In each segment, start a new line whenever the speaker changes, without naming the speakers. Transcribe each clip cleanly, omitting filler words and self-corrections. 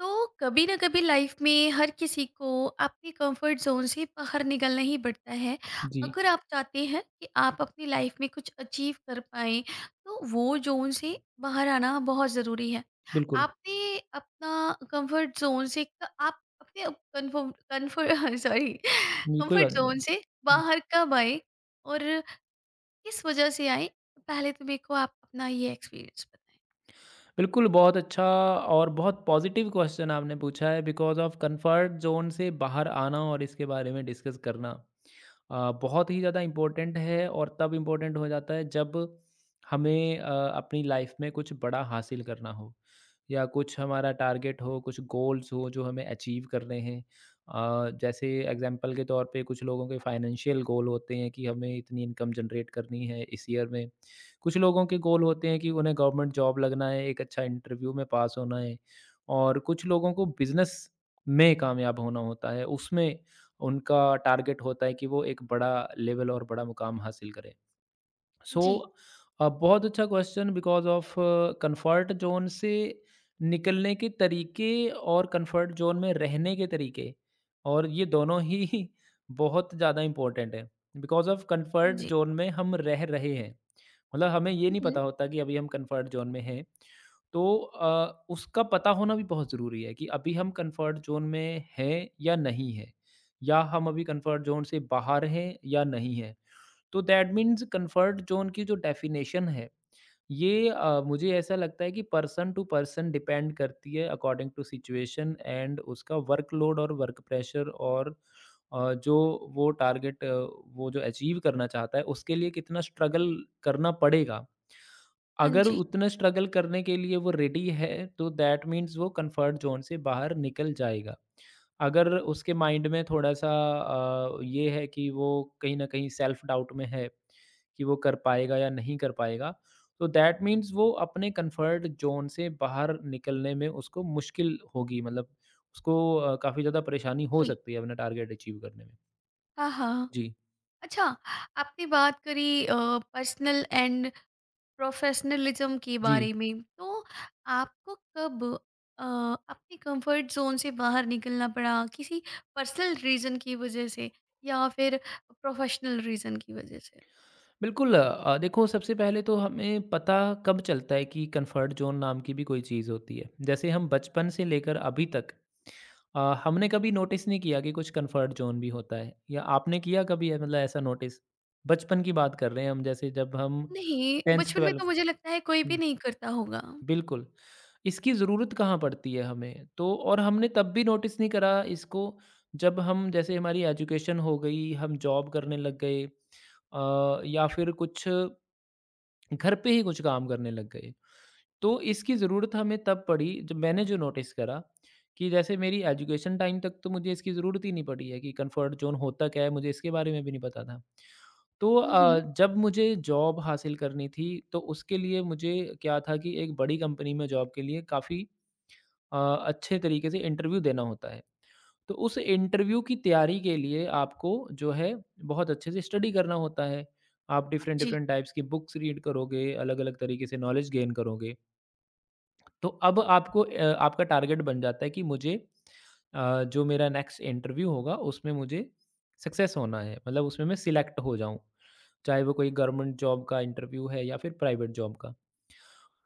तो कभी ना कभी लाइफ में हर किसी को अपने कंफर्ट जोन से बाहर निकलना ही पड़ता है।
जी,
अगर आप चाहते हैं कि आप अपनी लाइफ में कुछ अचीव कर पाए तो वो जोन से बाहर आना बहुत ज़रूरी है।
बिल्कुल।
आपने अपना कंफर्ट जोन से आप अपने कंफर्म कंफर्ट सॉरी।
जी, कोई
कंफर्ट
बात नहीं, कोई
जोन
बात।
से
हुँ,
बाहर कब आए और किस वजह से आए? पहले तो मेरे को आप अपना ये एक्सपीरियंस बताएं।
बिल्कुल। बहुत अच्छा और बहुत पॉज़िटिव क्वेश्चन आपने पूछा है बिकॉज़ ऑफ कम्फर्ट ज़ोन से बाहर आना और इसके बारे में डिस्कस करना बहुत ही ज़्यादा इम्पोर्टेंट है और तब इम्पोर्टेंट हो जाता है जब हमें अपनी लाइफ़ में कुछ बड़ा हासिल करना हो या कुछ हमारा टारगेट हो, कुछ गोल्स हो जो हमें अचीव करने हैं। जैसे एग्ज़ाम्पल के तौर पे कुछ लोगों के फाइनेंशियल गोल होते हैं कि हमें इतनी इनकम जनरेट करनी है इस ईयर में। कुछ लोगों के गोल होते हैं कि उन्हें गवर्नमेंट जॉब लगना है, एक अच्छा इंटरव्यू में पास होना है और कुछ लोगों को बिज़नेस में कामयाब होना होता है, उसमें उनका टारगेट होता है कि वो एक बड़ा लेवल और बड़ा मुकाम हासिल करें। सो
जी।
बहुत अच्छा question because of comfort zone से निकलने के तरीके और कंफर्ट जोन में रहने के तरीके और ये दोनों ही बहुत ज़्यादा इम्पोर्टेंट है। बिकॉज ऑफ
हाँ
कंफर्ट
जी।
जोन में हम रह रहे हैं मतलब हमें ये नहीं
हम्म।
पता होता कि अभी हम कंफर्ट जोन में हैं। तो उसका पता होना भी बहुत ज़रूरी है कि अभी हम कंफर्ट जोन में हैं या नहीं है, या हम अभी कंफर्ट जोन से बाहर हैं या नहीं है। तो दैट मीन्स कंफर्ट जोन की जो डेफिनेशन है, ये मुझे ऐसा लगता है कि पर्सन टू पर्सन डिपेंड करती है अकॉर्डिंग टू सिचुएशन एंड उसका वर्कलोड और वर्क प्रेशर और जो वो टारगेट वो जो अचीव करना चाहता है उसके लिए कितना स्ट्रगल करना पड़ेगा।
हाँ
अगर
जी।
उतना स्ट्रगल करने के लिए वो रेडी है तो दैट मीन्स वो कंफर्ट जोन से बाहर निकल जाएगा। अगर उसके माइंड में थोड़ा-सा ये है कि वो कहीं न कहीं सेल्फ डाउट में है, कि वो कर पाएगा या नहीं कर पाएगा, तो दैट मीन्स वो अपने कंफर्ट ज़ोन से बाहर निकलने में उसको मुश्किल होगी, मतलब उसको काफ़ी ज़्यादा परेशानी हो
जी।
सकती है अपना टारगेट अचीव करने में।
हाँ, हाँ।
जी।
अच्छा, आपने बात करी पर्सनल एंड प्रोफेशनलिज्म के
जी,
बारे में, तो आपको कब अ, अपने कंफर्ट ज़ोन से बाहर निकलना पड़ा? किसी पर्सनल रीज़न की वज़ह से या फिर प्रोफेशनल रीज़न की वज़ह से?
बिल्कुल देखो, सबसे पहले तो हमें पता कब चलता है कि कंफर्ट ज़ोन नाम की भी कोई चीज़ होती है। जैसे हम बचपन से लेकर अभी तक हमने कभी नोटिस नहीं किया कि कुछ कंफर्ट ज़ोन भी होता है, या आपने किया कभी है मतलब ऐसा नोटिस? बचपन की बात कर रहे हैं हम, जैसे जब हम
नहीं,
10th
बचपन में तो
12th।
मुझे लगता है कोई भी
हुँ,
नहीं करता होगा।
बिल्कुल। इसकी ज़रूरत कहाँ पड़ती है हमें? तो और हमने तब भी नोटिस नहीं करा इसको, जब हम, जैसे हमारी एजुकेशन हो गई, हम जॉब करने लग गए, या फिर कुछ घर पे ही कुछ काम करने लग गए। तो इसकी ज़रूरत हमें तब पड़ी जब मैंने जो नोटिस करा कि जैसे मेरी एजुकेशन टाइम तक तो मुझे इसकी ज़रूरत ही नहीं पड़ी है, कि कंफर्ट जोन होता क्या है मुझे इसके बारे में भी नहीं पता था। तो
हुँ, हुँ।
जब मुझे जॉब हासिल करनी थी तो उसके लिए मुझे क्या था कि एक बड़ी कंपनी में जॉब के लिए काफ़ी अ, अच्छे तरीके से इंटरव्यू देना होता है। तो उस इंटरव्यू की तैयारी के लिए आपको जो है बहुत अच्छे से स्टडी करना होता है। आप डिफरेंट
जी,
डिफरेंट टाइप्स की बुक्स रीड करोगे, अलग-अलग तरीके से नॉलेज गेन करोगे। तो अब आपको आपका टारगेट बन जाता है कि मुझे जो मेरा नेक्स्ट इंटरव्यू होगा उसमें मुझे सक्सेस होना है, मतलब उसमें मैं सिलेक्ट हो जाऊं, चाहे वो कोई गवर्नमेंट जॉब का इंटरव्यू है या फिर प्राइवेट जॉब का।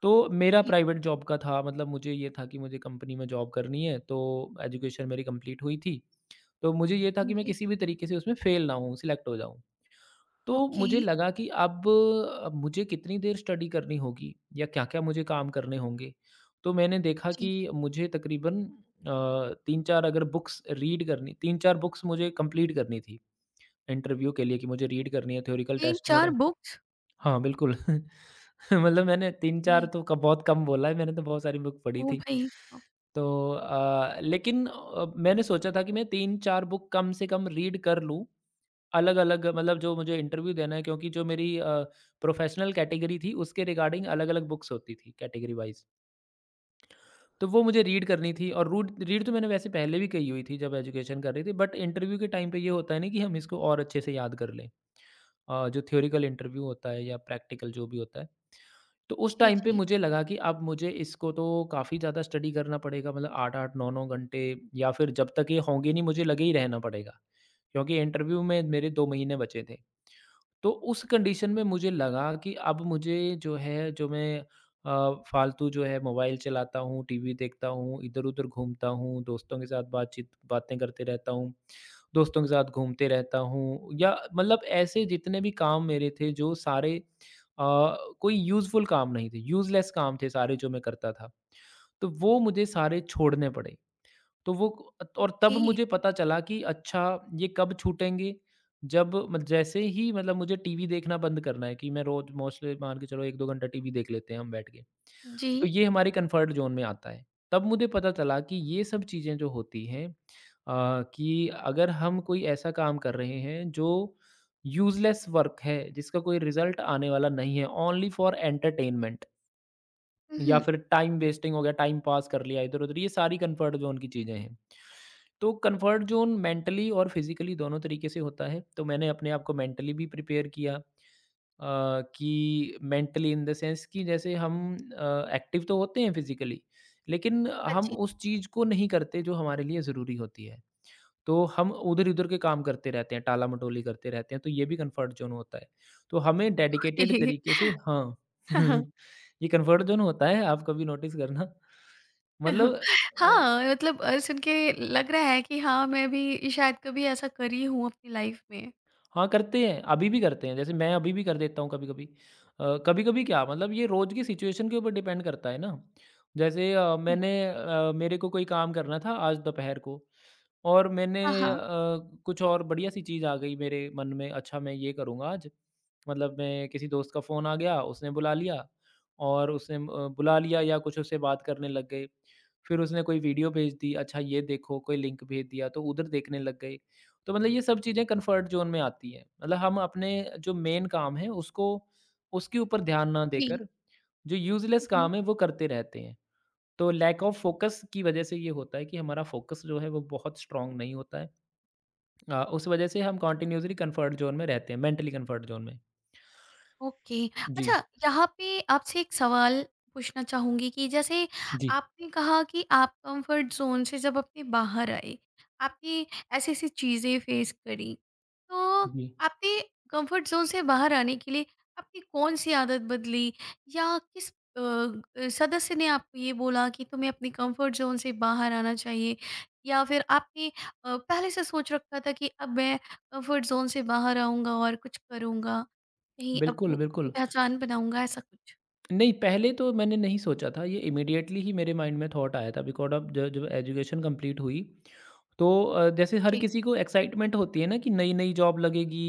तो मेरा
जी।
प्राइवेट जॉब का था, मतलब मुझे ये था कि मुझे कंपनी में जॉब करनी है। तो एजुकेशन मेरी कंप्लीट हुई थी, तो मुझे ये था
हाँ
कि मैं
जी।
किसी भी तरीके से उसमें फेल ना हूँ, सिलेक्ट हो जाऊँ। तो
ओके।
मुझे लगा कि अब मुझे कितनी देर स्टडी करनी होगी या क्या-क्या मुझे काम करने होंगे। तो मैंने देखा
जी।
कि मुझे तकरीबन अ, 3-4 अगर बुक्स रीड करनी, 3-4 बुक्स मुझे कंप्लीट करनी थी इंटरव्यू के लिए, कि मुझे रीड करनी है, थ्योरिकल टेस्ट
3-4
मेरा।
बुक्स?
हाँ, बिल्कुल। मतलब मैंने 3-4
जी।
तो क बहुत कम बोला है, मैंने तो बहुत सारी बुक पढ़ी
ओ
थी।
भाई साहब!
तो लेकिन मैंने सोचा था कि मैं 3-4 बुक कम से कम रीड कर लूँ। अलग-अलग मतलब जो मुझे इंटरव्यू देना है, क्योंकि जो मेरी प्रोफ़ेशनल कैटेगरी थी उसके रिगार्डिंग अलग-अलग बुक्स होती थी कैटेगरी वाइज़। तो वो मुझे रीड करनी थी, और रूड रीड तो मैंने वैसे पहले भी करी हुई थी जब एजुकेशन कर रही थी, बट इंटरव्यू के टाइम पे ये होता है ना कि हम इसको और अच्छे से याद कर लें। जो थ्योरिटिकल इंटरव्यू होता है या प्रैक्टिकल जो भी होता है। तो उस
जी,
टाइम पे
जी।
मुझे लगा कि अब मुझे इसको तो काफ़ी ज़्यादा स्टडी करना पड़ेगा, मतलब 8-8 9-9 घंटे या फिर जब तक ये होंगे नहीं मुझे लगे ही रहना पड़ेगा। क्योंकि इंटरव्यू में मेरे 2 महीने बचे थे। तो उस कंडीशन में मुझे लगा कि अब मुझे जो है जो मैं फालतू जो है मोबाइल चलाता हूँ, टीवी देखता हूँ, इधर-उधर घूमता हूँ, दोस्तों के साथ बातचीत बातें करते रहता हूँ, दोस्तों के साथ घूमते रहता हूँ, या मतलब ऐसे जितने भी काम मेरे थे जो सारे अ, कोई यूज़फुल काम नहीं थे, यूज़लेस काम थे सारे जो मैं करता था। तो वो मुझे सारे छोड़ने पड़े। तो वो और तब
ओके।
मुझे पता चला कि अच्छा, ये कब छूटेंगे। जब मत- जैसे ही, मतलब मुझे टीवी देखना बंद करना है, कि मैं रोज मोस्टली मान के चलो एक दो घंटा टीवी देख लेते हैं हम बैठ के,
जी।
तो ये हमारे कंफर्ट जोन में आता है। तब मुझे पता चला कि ये सब चीज़ें जो होती हैं कि अगर हम कोई ऐसा काम कर रहे हैं जो यूजलेस वर्क है, जिसका कोई रिजल्ट आने वाला नहीं है, ओनली फॉर एंटरटेनमेंट
हुँ,
या
हुँ।
फिर टाइम वेस्टिंग हो गया, टाइम पास कर लिया इधर-उधर, ये सारी कंफर्ट ज़ोन की चीज़ें हैं। तो कंफर्ट ज़ोन मेंटली और फिज़िकली दोनों तरीके से होता है, तो मैंने अपने आप को मेंटली भी प्रिपेयर किया कि मेंटली इन द सेंस कि जैसे हम एक्टिव तो होते हैं फिज़िकली, लेकिन
हाँ
हम
जी।
उस चीज़ को नहीं करते जो हमारे लिए ज़रूरी होती है। तो हम उधर-इधर के काम करते रहते हैं, टाला-मटोली करते रहते हैं, तो ये भी कंफर्ट ज़ोन होता है। तो हमें डेडिकेटेड
ओके।
तरीके से, हाँ।
हाँ।
ये कंफर्ट ज़ोन होता है, आप कभी नोटिस करना। मतलब अ
हाँ, मतलब सुन के लग रहा है कि हाँ, मैं भी शायद कभी ऐसा करी हूँ अपनी लाइफ में।
हाँ, करते हैं, अभी भी करते हैं। जैसे मैं अभी भी कर देता हूँ कभी-कभी। कभी-कभी क्या, मतलब ये रोज़ की सिचुएशन के ऊपर डिपेंड करता है ना। जैसे अ,
जी।
मैंने अ, मेरे को कोई काम करना था आज दोपहर को, और
हाँ,
अ,
हाँ।
कुछ और बढ़िया-सी चीज़ आ गई मेरे मन में, अच्छा मैं ये करूँगा आज। मतलब मैं किसी दोस्त का फ़ोन आ गया, उसने बुला लिया और उसने बुला लिया या कुछ उससे बात करने लग गए। फिर उसने कोई वीडियो भेज दी, अच्छा ये देखो, कोई लिंक भेज दिया, तो उधर देखने लग गए। तो मतलब ये सब चीज़ें कंफर्ट ज़ोन में आती हैं। मतलब हम अपने जो मेन काम है उसको, उसके ऊपर ध्यान ना
जी।
देकर, जो यूज़लेस काम है वो करते रहते हैं। तो लैक ऑफ फ़ोकस की वज़ह से ये होता है कि हमारा फ़ोकस जो है वो बहुत स्ट्रॉन्ग नहीं होता है। उस वज़ह से हम कंटिन्यूअसली कंफर्ट ज़ोन में रहते हैं, मेंटली कंफर्ट ज़ोन में।
ओके। अच्छा,
जी।
यहाँ पे आपसे एक सवाल पूछना चाहूँगी कि जैसे
जी,
आपने कहा कि आप कंफर्ट ज़ोन से जब अपने बाहर आए, आपने ऐसी-ऐसी चीज़ें फेस करी। तो
जी।
आपने कंफर्ट ज़ोन से बाहर आने के लिए आपकी कौन-सी आदत बदली या किस अ, ग सदस्य ने आपको ये बोला कि तुम्हें अपने कंफर्ट ज़ोन से बाहर आना चाहिए? या फिर आपने पहले से सोच रखा था कि अब मैं कंफर्ट ज़ोन से बाहर आऊँगा और कुछ करूँगा? नहीं अब वो
बिल्कुल,
अपनी
बिल्कुल।
पहचान बनाऊँगा ऐसा कुछ।
नहीं, पहले तो मैंने नहीं सोचा था, ये इमीडिएटली ही मेरे माइंड में थॉट आया था बिकॉज़ ऑफ़ ज जब एजुकेशन कंप्लीट हुई, तो जैसे हर
जी।
किसी को एक्साइटमेंट होती है ना कि नई-नई जॉब लगेगी,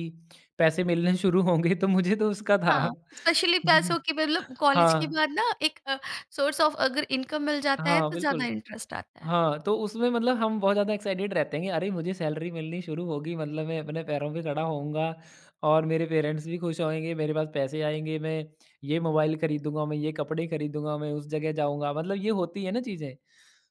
पैसे मिलने शुरू होंगे, तो मुझे तो उसका था।
हाँ, स्पेशली पैसों की मतलब कॉलेज के
हाँ,
बाद ना एक सोर्स ऑफ अगर इनकम मिल जाता है
हाँ,
तो ज़्यादा
बिल्कुल।
इंटरेस्ट आता है।
हाँ, तो उसमें मतलब हम बहुत ज़्यादा एक्साइटेड रहते हैं कि अरे! मुझे सैलरी मिलनी शुरू होगी, मतलब मैं अपने पैरों पे खड़ा होऊँगा और मेरे पेरेंट्स भी खुश होएँगे, मेरे पास पैसे आएँगे, मैं ये मोबाइल खरीदूँगा, मैं ये कपड़े खरीदूँगा, मैं उस जगह जाऊँगा। मतलब ये होती है ना चीज़ें,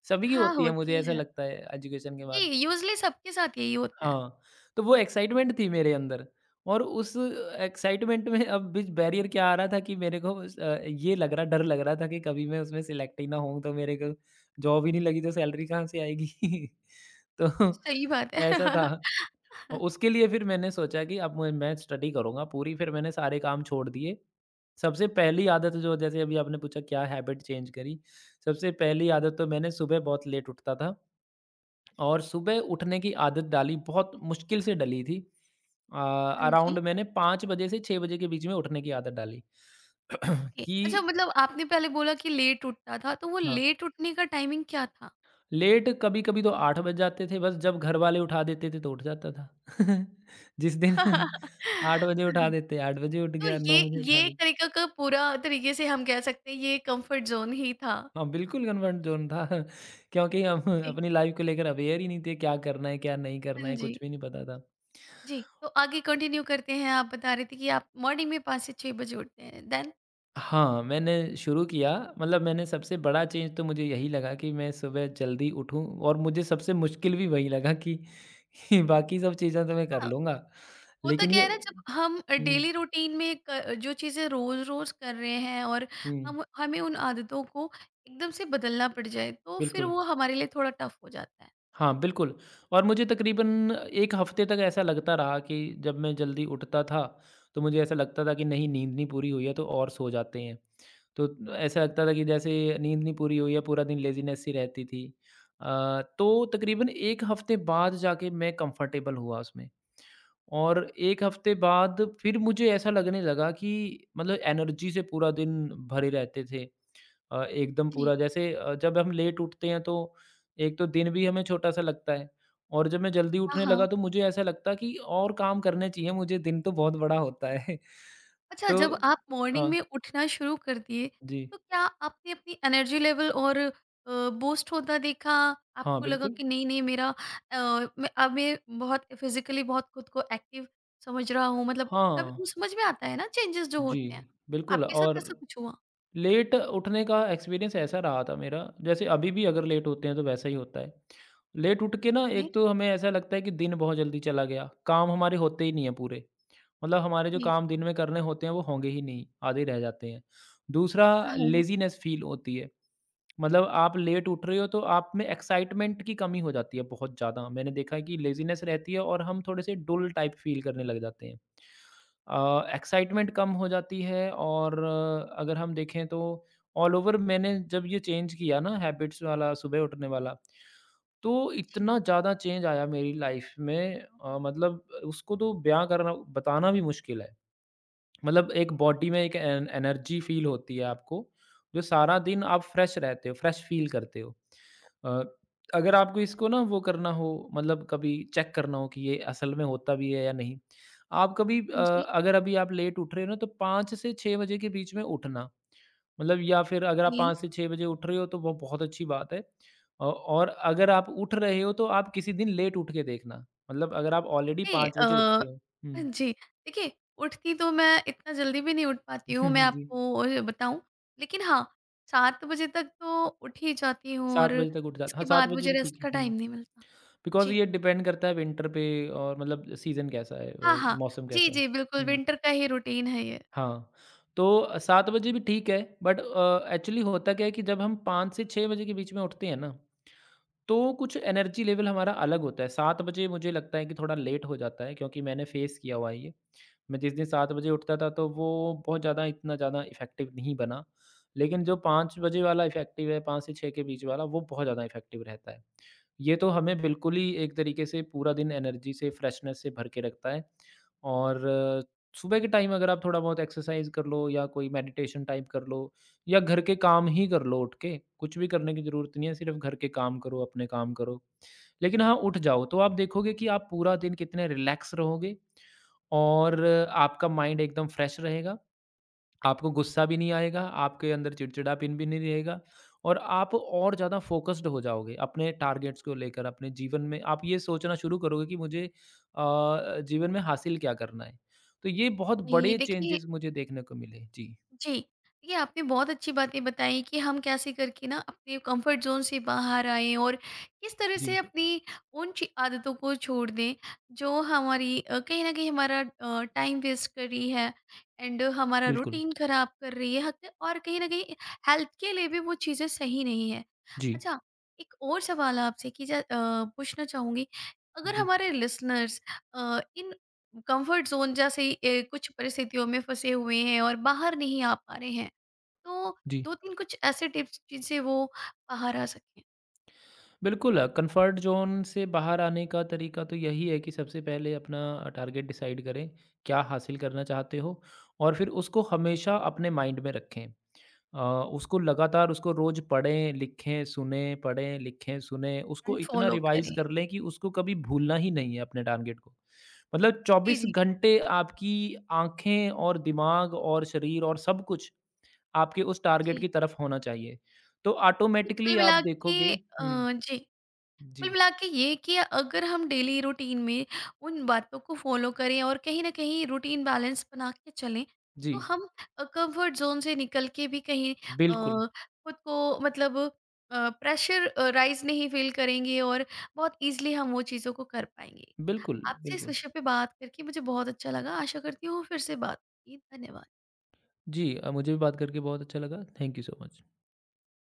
सभी की
हाँ,
होती है मुझे
होती
ऐसा
है।
लगता है एजुकेशन के
जी,
बाद।
यूजुअली सबके साथ यही होता है।
हाँ, तो वो एक्साइटमेंट थी मेरे अंदर और उस एक्साइटमेंट में अब बीच बैरियर क्या आ रहा था कि मेरे को उस ये लग रहा, डर लग रहा था कि कभी मैं उसमें सिलेक्ट ही ना होऊँ, तो मेरे को जॉब ही नहीं लगी तो सैलरी कहाँ से आएगी? तो
सही बात
ऐसा
है।
था। और उसके लिए फिर मैंने सोचा कि अब मैं स्टडी करूँगा पूरी, फिर मैंने सारे काम छोड़ दिए। सबसे पहली आदत जो, जैसे अभी आपने पूछा क्या हैबिट चेंज करी? सबसे पहली आदत तो मैंने सुबह बहुत लेट उठता था। और सुबह उठने की आदत डाली बहुत मुश्किल से डली थी। अ,
हाँ जी।
अराउंड मैंने 5 बजे से 6 बजे के बीच में उठने की आदत डाली।
ओके, अच्छा
कि
मतलब आपने पहले बोला कि लेट उठता था, तो वो
हाँ,
लेट उठने का टाइमिंग क्या था?
लेट कभी-कभी तो 8 बज जाते थे, बस जब घर वाले उठा देते थे तो उठ जाता था। जिस दिन 8 बजे उठा देते 8 बजे उठ
तो
गया, 9
ये
बजे उठा
ये एक
देते।
तरीका का पूरा तरीके से हम कह सकते हैं ये कंफर्ट ज़ोन ही था।
हाँ, बिल्कुल कन्फर्ट ज़ोन था। क्योंकि हम
जी।
अपनी लाइफ़ को लेकर अवेयर ही नहीं थे। क्या करना है, क्या नहीं करना
हाँ
है,
जी।
कुछ भी नहीं पता था।
जी, तो आगे कंटिन्यू करते हैं। आप बता रहे थे कि आप मॉर्निंग में 5 से 6 बजे उठते हैं। देन
हाँ, मैंने शुरू किया, मतलब मैंने सबसे बड़ा चेंज तो मुझे यही लगा कि मैं सुबह जल्दी उठूँ, और मुझे सबसे मुश्किल भी वही लगा कि बाकी सब चीज़ें तो मैं कर
हाँ,
लूँगा।
होता
लेकिन
क्या
ये।
है ना जब हम डेली
हुँ।
रूटीन में क जो चीज़ें रोज़-रोज़ कर रहे हैं और
हुँ।
हम हमें उन आदतों को एकदम से बदलना पड़ जाए, तो फिर
बिल्कुल।
वो हमारे लिए थोड़ा टफ हो जाता है।
हाँ, बिल्कुल। और मुझे तकरीबन 1 हफ़्ते तक ऐसा लगता रहा कि जब मैं जल्दी उठता था, तो मुझे ऐसा लगता था कि नहीं, नींद नहीं पूरी हुई है, तो और सो जाते हैं। तो ऐसा लगता था कि जैसे नींद नहीं पूरी हुई है, पूरा दिन लेज़ीनेस सी रहती थी। तो तकरीबन 1 हफ़्ते बाद जाके मैं कंफ़र्टेबल हुआ उसमें, और 1 हफ़्ते बाद फिर मुझे ऐसा लगने लगा कि मतलब एनर्जी से पूरा दिन भरे रहते थे। एकदम
जी।
पूरा, जैसे जब हम लेट उठते हैं तो एक तो दिन भी हमें छोटा-सा लगता है, और जब मैं जल्दी
हाँ,
उठने
हाँ।
लगा तो मुझे ऐसा लगता कि और काम करने चाहिए, मुझे दिन तो बहुत बड़ा होता है।
अच्छा,
तो
जब आप मॉर्निंग
हाँ,
में उठना शुरू कर दिए,
जी।
तो क्या आपने अपनी एनर्जी लेवल और बूस्ट होता देखा?
हाँ,
आपको लगा
बिल्कुल।
कि नहीं-नहीं मेरा मैं बहुत फिज़िकली बहुत खुद को एक्टिव समझ रहा हूँ। मतलब कभी
हाँ,
वो समझ में आता है ना चेंजेज़ जो
जी,
होते हैं।
बिल्कुल।
आपके साथ
और
ऐसा कुछ हुआ?
लेट उठने का एक्सपीरियंस ऐसा रहा था मेरा, जैसे अभी भी अगर लेट होते हैं तो वैसा ही होता है। लेट उठ के ना
जी,
एक तो हमें ऐसा लगता है कि दिन बहुत जल्दी चला गया, काम हमारे होते ही नहीं हैं पूरे, मतलब हमारे जो
जी।
काम दिन में करने होते हैं वो होंगे ही नहीं, आधे रह जाते हैं। दूसरा,
हाँ, हाँ।
लेज़ीनेस फ़ील होती है, मतलब आप लेट उठ रहे हो तो आप में एक्साइटमेंट की कमी हो जाती है बहुत ज़्यादा। मैंने देखा है कि लेज़ीनेस रहती है और हम थोड़े से डुल टाइप फ़ील करने लग जाते हैं। अ, एक्साइटमेंट कम हो जाती है, और अगर हम देखें तो ऑल ओवर मैंने जब ये चेंज किया ना हैबिट्स वाला, सुबह उठने वाला, तो
जी।
इतना ज़्यादा चेंज आया मेरी लाइफ में, मतलब उसको तो बयां करना, बताना भी मुश्किल है। मतलब एक बॉडी में एक एन एनर्जी फ़ील होती है आपको, जो सारा दिन आप फ्रेश रहते हो, फ्रेश फ़ील करते हो। अ, अगर आपको इसको ना वो करना हो, मतलब कभी चेक करना हो कि ये असल में होता भी है या नहीं, आप कभी
हाँ जी।
अगर अभी आप लेट उठ रहे हो ना, तो 5 से 6 बजे के बीच में उठना। मतलब या फिर अगर आप
जी।
5 से 6 बजे उठ रहे हो तो वो बहुत अच्छी बात है। और अगर आप उठ रहे हो तो आप किसी दिन लेट उठ के देखना। मतलब अगर आप ऑलरेडी
देखिए,
5 बजे उठते हो। हुँ।
जी, देखिए उठती तो मैं इतना जल्दी भी नहीं उठ पाती हूँ, मैं
जी।
आपको और बताऊँ। लेकिन हाँ, 7 बजे तक तो उठ ही जाती हूँ और
7 बजे तक उठ जाता,
इसके
हाँ, 7
बाद
बजे
मुझे
भी ठीक
रेस्ट
है।
का
हुँ,
टाइम नहीं मिलता।
बिकॉज़
जी।
ये डिपेंड करता है विंटर पे, और मतलब सीज़न कैसा है,
हाँ, हाँ।
मौसम
जी,
कैसा है।
जी, बिल्कुल
हुँ,
विंटर का ही रूटीन है ये।
हाँ, तो 7 बजे भी ठीक है, बट एक्चुअली होता क्या है कि जब हम 5 से 6 बजे के बीच में उठते हैं ना, तो कुछ एनर्जी लेवल हमारा अलग होता है। 7 बजे मुझे लगता है कि थोड़ा लेट हो जाता है, क्योंकि मैंने फेस किया हुआ है ये। मैं जिस दिन 7 बजे उठता था तो वो बहुत ज़्यादा, इतना ज़्यादा इफ़ेक्टिव नहीं बना। लेकिन जो 5 बजे वाला इफ़ेक्टिव है, 5 से 6 के बीच वाला, वो बहुत ज़्यादा इफ़ेक्टिव रहता है। ये तो हमें बिल्कुल ही एक तरीके से पूरा दिन एनर्जी से, फ्रेशनेस से भर के रखता है। और सुबह के टाइम अगर आप थोड़ा बहुत एक्सरसाइज़ कर लो, या कोई मेडिटेशन टाइप कर लो, या घर के काम ही कर लो उठ के, कुछ भी करने की ज़रूरत नहीं है, सिर्फ़ घर के काम करो, अपने काम करो। लेकिन हाँ, उठ जाओ तो आप देखोगे कि आप पूरा दिन कितने रिलैक्स रहोगे, और आपका माइंड एकदम फ्रेश रहेगा, आपको गुस्सा भी नहीं आएगा, आपके अंदर चिड़चिड़ापन भी नहीं रहेगा, और आप और ज़्यादा फ़ोकस्ड हो जाओगे अपने टारगेट्स को लेकर, अपने जीवन में आप ये सोचना शुरू करोगे कि मुझे जीवन में हासिल क्या करना है। तो ये बहुत
ये
बड़े
देखिए।
चेंजेज़ मुझे देखने को मिले। जी,
जी। ये आपने बहुत अच्छी बातें बताई कि हम कैसे करके ना अपने कंफर्ट ज़ोन से बाहर आएँ और किस तरह से
जी,
अपनी उन ची आदतों को छोड़ दें, जो हमारी कहीं न कहीं हमारा टाइम वेस्ट कर रही है एंड हमारा
बिल्कुल।
रूटीन ख़राब कर रही है हक, और कहीं न कहीं हेल्थ के लिए भी वो चीज़ें सही नहीं है।
जी,
अच्छा, एक और सवाल आपसे कि पूछना चाहूँगी, अगर
जी,
हमारे लिसनर्स इन कंफर्ट जोन जैसे कुछ परिस्थितियों में फंसे हुए हैं और बाहर नहीं आ पा रहे हैं तो
जी।
दो तीन कुछ ऐसे टिप्स जिनसे वो बाहर आ सकें
बिल्कुल, कंफर्ट ज़ोन से बाहर आने का तरीका तो यही है कि सबसे पहले अपना टारगेट डिसाइड करें, क्या हासिल करना चाहते हो, और फिर उसको हमेशा अपने माइंड में रखें। अ, उसको लगातार, उसको रोज़ पढ़ें, लिखें, सुनें, उसको
एंड
इतना
फॉलो
रिवाइज़
करें।
कर लें कि उसको कभी भूलना ही नहीं है, अपने टारगेट को। मतलब
जी,
24
जी।
घंटे आपकी आँखें और दिमाग और शरीर और सब कुछ आपके उस टारगेट
जी।
की तरफ होना चाहिए। तो
तो कुल
ऑटोमैटिकली आप
मिला
देखोगे।
के अ,
हुँ,
जी कुल
जी।
मिला के ये कि अगर हम डेली रूटीन में उन बातों को फॉलो करें और कहीं ना कहीं रूटीन बैलेंस बना के चलें
जी,
तो हम कंफर्ट जोन से निकल के भी कहीं
बिल्कुल,
खुद को मतलब प्रेशर राइज नहीं फील करेंगे और बहुत इजीली हम वो चीज़ों को कर पाएंगे।
बिल्कुल,
आपसे इस
बिल्कुल।
विषय पे बात करके मुझे बहुत अच्छा लगा। आशा करती हूँ फिर से बात होगी। धन्यवाद।
जी, मुझे भी बात करके बहुत अच्छा लगा। Thank you so much.